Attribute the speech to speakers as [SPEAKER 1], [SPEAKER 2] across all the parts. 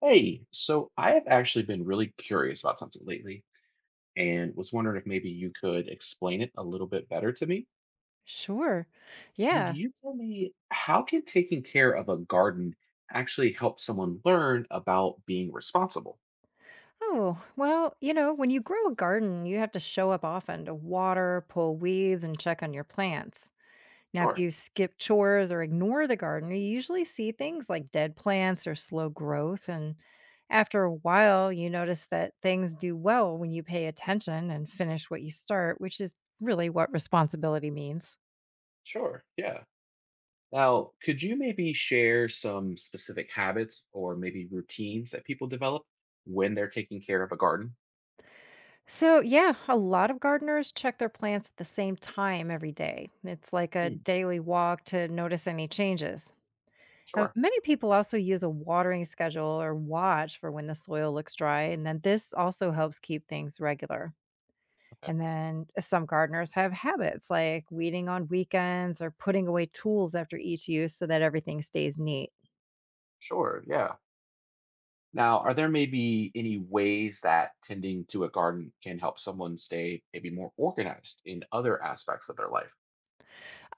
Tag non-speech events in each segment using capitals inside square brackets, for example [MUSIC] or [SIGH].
[SPEAKER 1] Hey, so I have actually been really curious about something lately and was wondering if maybe you could explain it a little bit better to me.
[SPEAKER 2] Sure.
[SPEAKER 1] Can
[SPEAKER 2] Yeah.
[SPEAKER 1] you tell me how can taking care of a garden actually help someone learn about being responsible?
[SPEAKER 2] Oh, well, you know, when you grow a garden, you have to show up often to water, pull weeds, and check on your plants. Now, if
[SPEAKER 1] Sure,
[SPEAKER 2] you skip chores or ignore the garden, you usually see things like dead plants or slow growth. And after a while, you notice that things do well when you pay attention and finish what you start, which is really what responsibility means.
[SPEAKER 1] sure, yeah. Now, could you maybe share some specific habits or maybe routines that people develop when they're taking care of a garden?
[SPEAKER 2] So, yeah, a lot of gardeners check their plants at the same time every day. It's like a
[SPEAKER 1] Hmm,
[SPEAKER 2] daily walk to notice any changes.
[SPEAKER 1] sure,
[SPEAKER 2] Many people also use a watering schedule or watch for when the soil looks dry, and then this also helps keep things regular.
[SPEAKER 1] okay,
[SPEAKER 2] And then some gardeners have habits like weeding on weekends or putting away tools after each use so that everything stays neat.
[SPEAKER 1] sure, yeah. Now, are there maybe any ways that tending to a garden can help someone stay maybe more organized in other aspects of their life?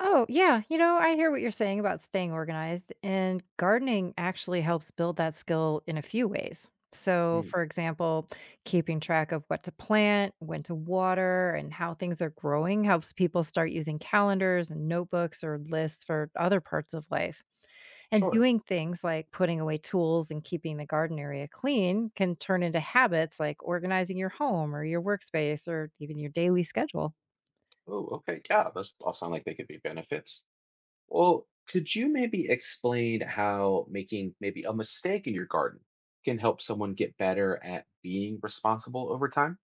[SPEAKER 2] Oh, yeah. You know, I hear what you're saying about staying organized, and gardening actually helps build that skill in a few ways. So,
[SPEAKER 1] Mm,
[SPEAKER 2] for example, keeping track of what to plant, when to water, and how things are growing helps people start using calendars and notebooks or lists for other parts of life. And
[SPEAKER 1] sure.
[SPEAKER 2] doing things like putting away tools and keeping the garden area clean can turn into habits like organizing your home or your workspace or even your daily schedule.
[SPEAKER 1] Oh, okay. Yeah, those all sound like they could be benefits. Well, could you maybe explain how making maybe a mistake in your garden can help someone get better at being responsible over time?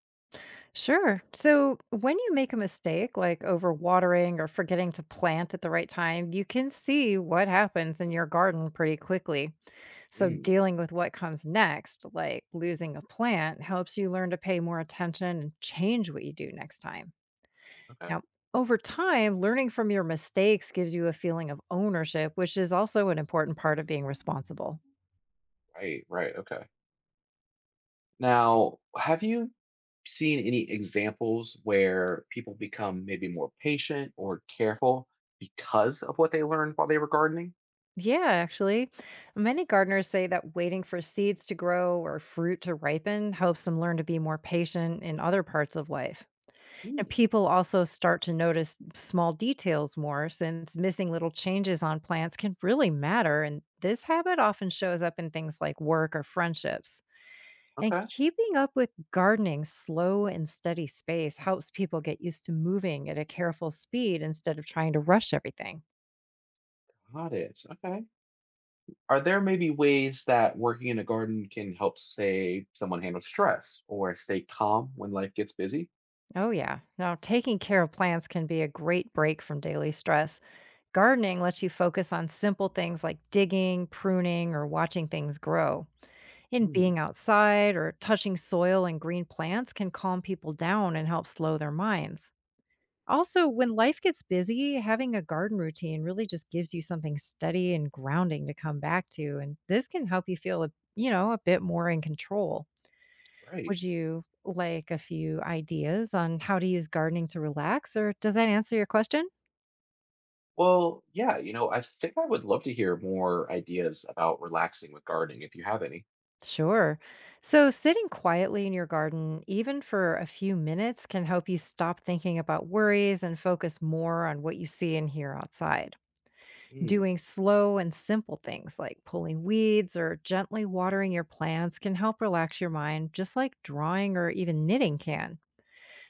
[SPEAKER 2] Sure. So when you make a mistake, like overwatering or forgetting to plant at the right time, you can see what happens in your garden pretty quickly. So
[SPEAKER 1] Mm,
[SPEAKER 2] dealing with what comes next, like losing a plant, helps you learn to pay more attention and change what you do next time.
[SPEAKER 1] okay.
[SPEAKER 2] Now, over time, learning from your mistakes gives you a feeling of ownership, which is also an important part of being responsible.
[SPEAKER 1] Right, right. Okay. Now, have you seen any examples where people become maybe more patient or careful because of what they learned while they were gardening?
[SPEAKER 2] Yeah, actually, many gardeners say that waiting for seeds to grow or fruit to ripen helps them learn to be more patient in other parts of life.
[SPEAKER 1] Hmm,
[SPEAKER 2] And people also start to notice small details more since missing little changes on plants can really matter. And this habit often shows up in things like work or friendships. And
[SPEAKER 1] okay,
[SPEAKER 2] keeping up with gardening slow and steady space helps people get used to moving at a careful speed instead of trying to rush everything.
[SPEAKER 1] got it. Okay. Are there maybe ways that working in a garden can help, say, someone handle stress or stay calm when life gets busy?
[SPEAKER 2] Oh, yeah. Now, taking care of plants can be a great break from daily stress. Gardening lets you focus on simple things like digging, pruning, or watching things grow. And
[SPEAKER 1] Hmm,
[SPEAKER 2] being outside or touching soil and green plants can calm people down and help slow their minds. Also, when life gets busy, having a garden routine really just gives you something steady and grounding to come back to. And this can help you feel, you know, a bit more in control.
[SPEAKER 1] great.
[SPEAKER 2] Would you like a few ideas on how to use gardening to relax, or does that answer your question?
[SPEAKER 1] Well, yeah, I think I would love to hear more ideas about relaxing with gardening if you have any.
[SPEAKER 2] Sure. So, sitting quietly in your garden, even for a few minutes, can help you stop thinking about worries and focus more on what you see and hear outside.
[SPEAKER 1] Hmm,
[SPEAKER 2] Doing slow and simple things like pulling weeds or gently watering your plants can help relax your mind, just like drawing or even knitting can.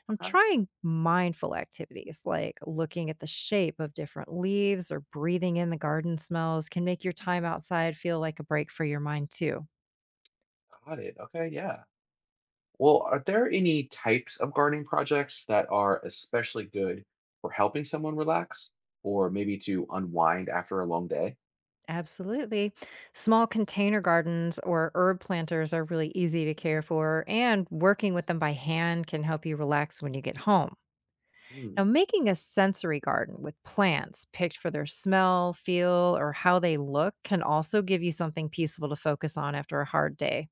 [SPEAKER 2] I'm
[SPEAKER 1] okay,
[SPEAKER 2] trying mindful activities like looking at the shape of different leaves or breathing in the garden smells can make your time outside feel like a break for your mind too.
[SPEAKER 1] got it. Okay, yeah. Well, are there any types of gardening projects that are especially good for helping someone relax or maybe to unwind after a long day?
[SPEAKER 2] Absolutely. Small container gardens or herb planters are really easy to care for, and working with them by hand can help you relax when you get home.
[SPEAKER 1] Hmm,
[SPEAKER 2] Now, making a sensory garden with plants picked for their smell, feel, or how they look can also give you something peaceful to focus on after a hard day.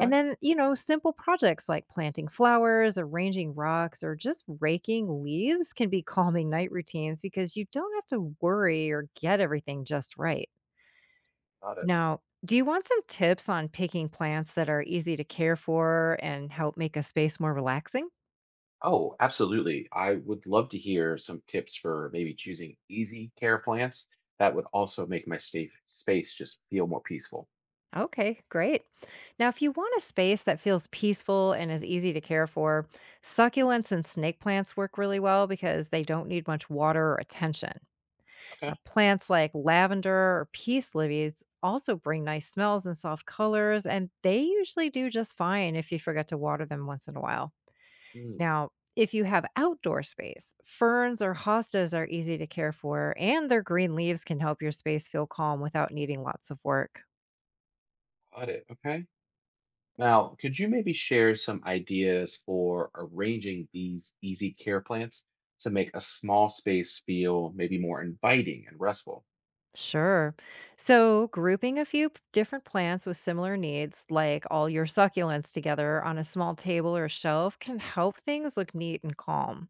[SPEAKER 2] And then, you know, simple projects like planting flowers, arranging rocks, or just raking leaves can be [LAUGHS] calming night routines because you don't have to worry or get everything just right.
[SPEAKER 1] got it.
[SPEAKER 2] Now, do you want some tips on picking plants that are easy to care for and help make a space more relaxing?
[SPEAKER 1] Oh, absolutely. I would love to hear some tips for maybe choosing easy care plants that would also make my safe space just feel more peaceful.
[SPEAKER 2] Okay, great. Now, if you want a space that feels peaceful and is easy to care for, succulents and snake plants work really well because they don't need much water or attention. Now,
[SPEAKER 1] Okay.
[SPEAKER 2] plants like lavender or peace lilies also bring nice smells and soft colors, and they usually do just fine if you forget to water them once in a while.
[SPEAKER 1] Hmm,
[SPEAKER 2] Now, if you have outdoor space, ferns or hostas are easy to care for, and their green leaves can help your space feel calm without needing lots of work.
[SPEAKER 1] got it. Okay. Now, could you maybe share some ideas for arranging these easy care plants to make a small space feel maybe more inviting and restful?
[SPEAKER 2] Sure. So, grouping a few different plants with similar needs, like all your succulents together on a small table or shelf, can help things look neat and calm.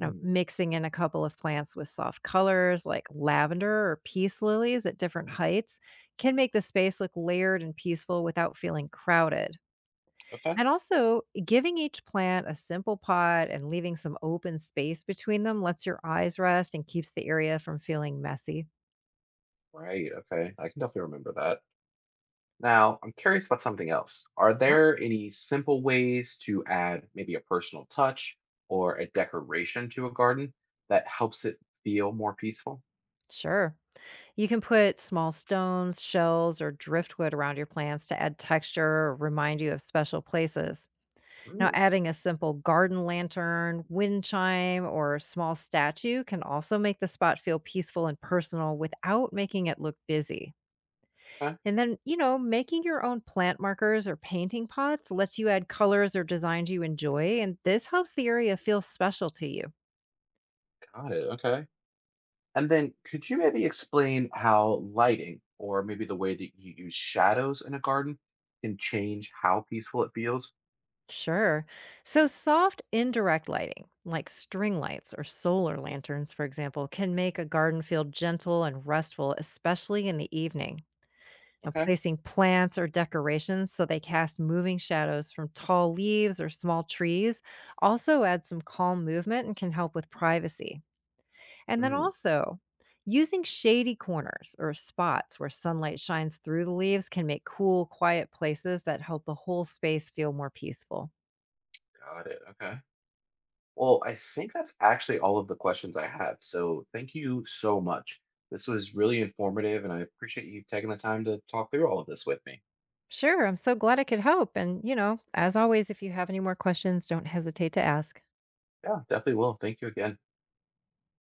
[SPEAKER 2] You know, mixing in a couple of plants with soft colors like lavender or peace lilies at different heights can make the space look layered and peaceful without feeling crowded.
[SPEAKER 1] okay,
[SPEAKER 2] And also, giving each plant a simple pot and leaving some open space between them lets your eyes rest and keeps the area from feeling messy.
[SPEAKER 1] right, okay. I can definitely remember that. Now, I'm curious about something else. Are
[SPEAKER 2] Huh?
[SPEAKER 1] there any simple ways to add maybe a personal touch or a decoration to a garden that helps it feel more peaceful?
[SPEAKER 2] Sure. You can put small stones, shells, or driftwood around your plants to add texture or remind you of special places. Now,
[SPEAKER 1] Hmm,
[SPEAKER 2] adding a simple garden lantern, wind chime, or small statue can also make the spot feel peaceful and personal without making it look busy.
[SPEAKER 1] okay,
[SPEAKER 2] And then, you know, making your own plant markers or painting pots lets you add colors or designs you enjoy, and this helps the area feel special to you.
[SPEAKER 1] got it, okay. And then could you maybe explain how lighting or maybe the way that you use shadows in a garden can change how peaceful it feels?
[SPEAKER 2] Sure. So, soft indirect lighting, like string lights or solar lanterns, for example, can make a garden feel gentle and restful, especially in the evening. Now,
[SPEAKER 1] Okay.
[SPEAKER 2] placing plants or decorations so they cast moving shadows from tall leaves or small trees also adds some calm movement and can help with privacy. And then
[SPEAKER 1] Mm,
[SPEAKER 2] also, using shady corners or spots where sunlight shines through the leaves can make cool, quiet places that help the whole space feel more peaceful.
[SPEAKER 1] got it. Okay. Well, I think that's actually all of the questions I have. So thank you so much. This was really informative, and I appreciate you taking the time to talk through all of this with me.
[SPEAKER 2] Sure, I'm so glad I could help. And, you know, as always, if you have any more questions, don't hesitate to ask.
[SPEAKER 1] Yeah, definitely will. Thank you again.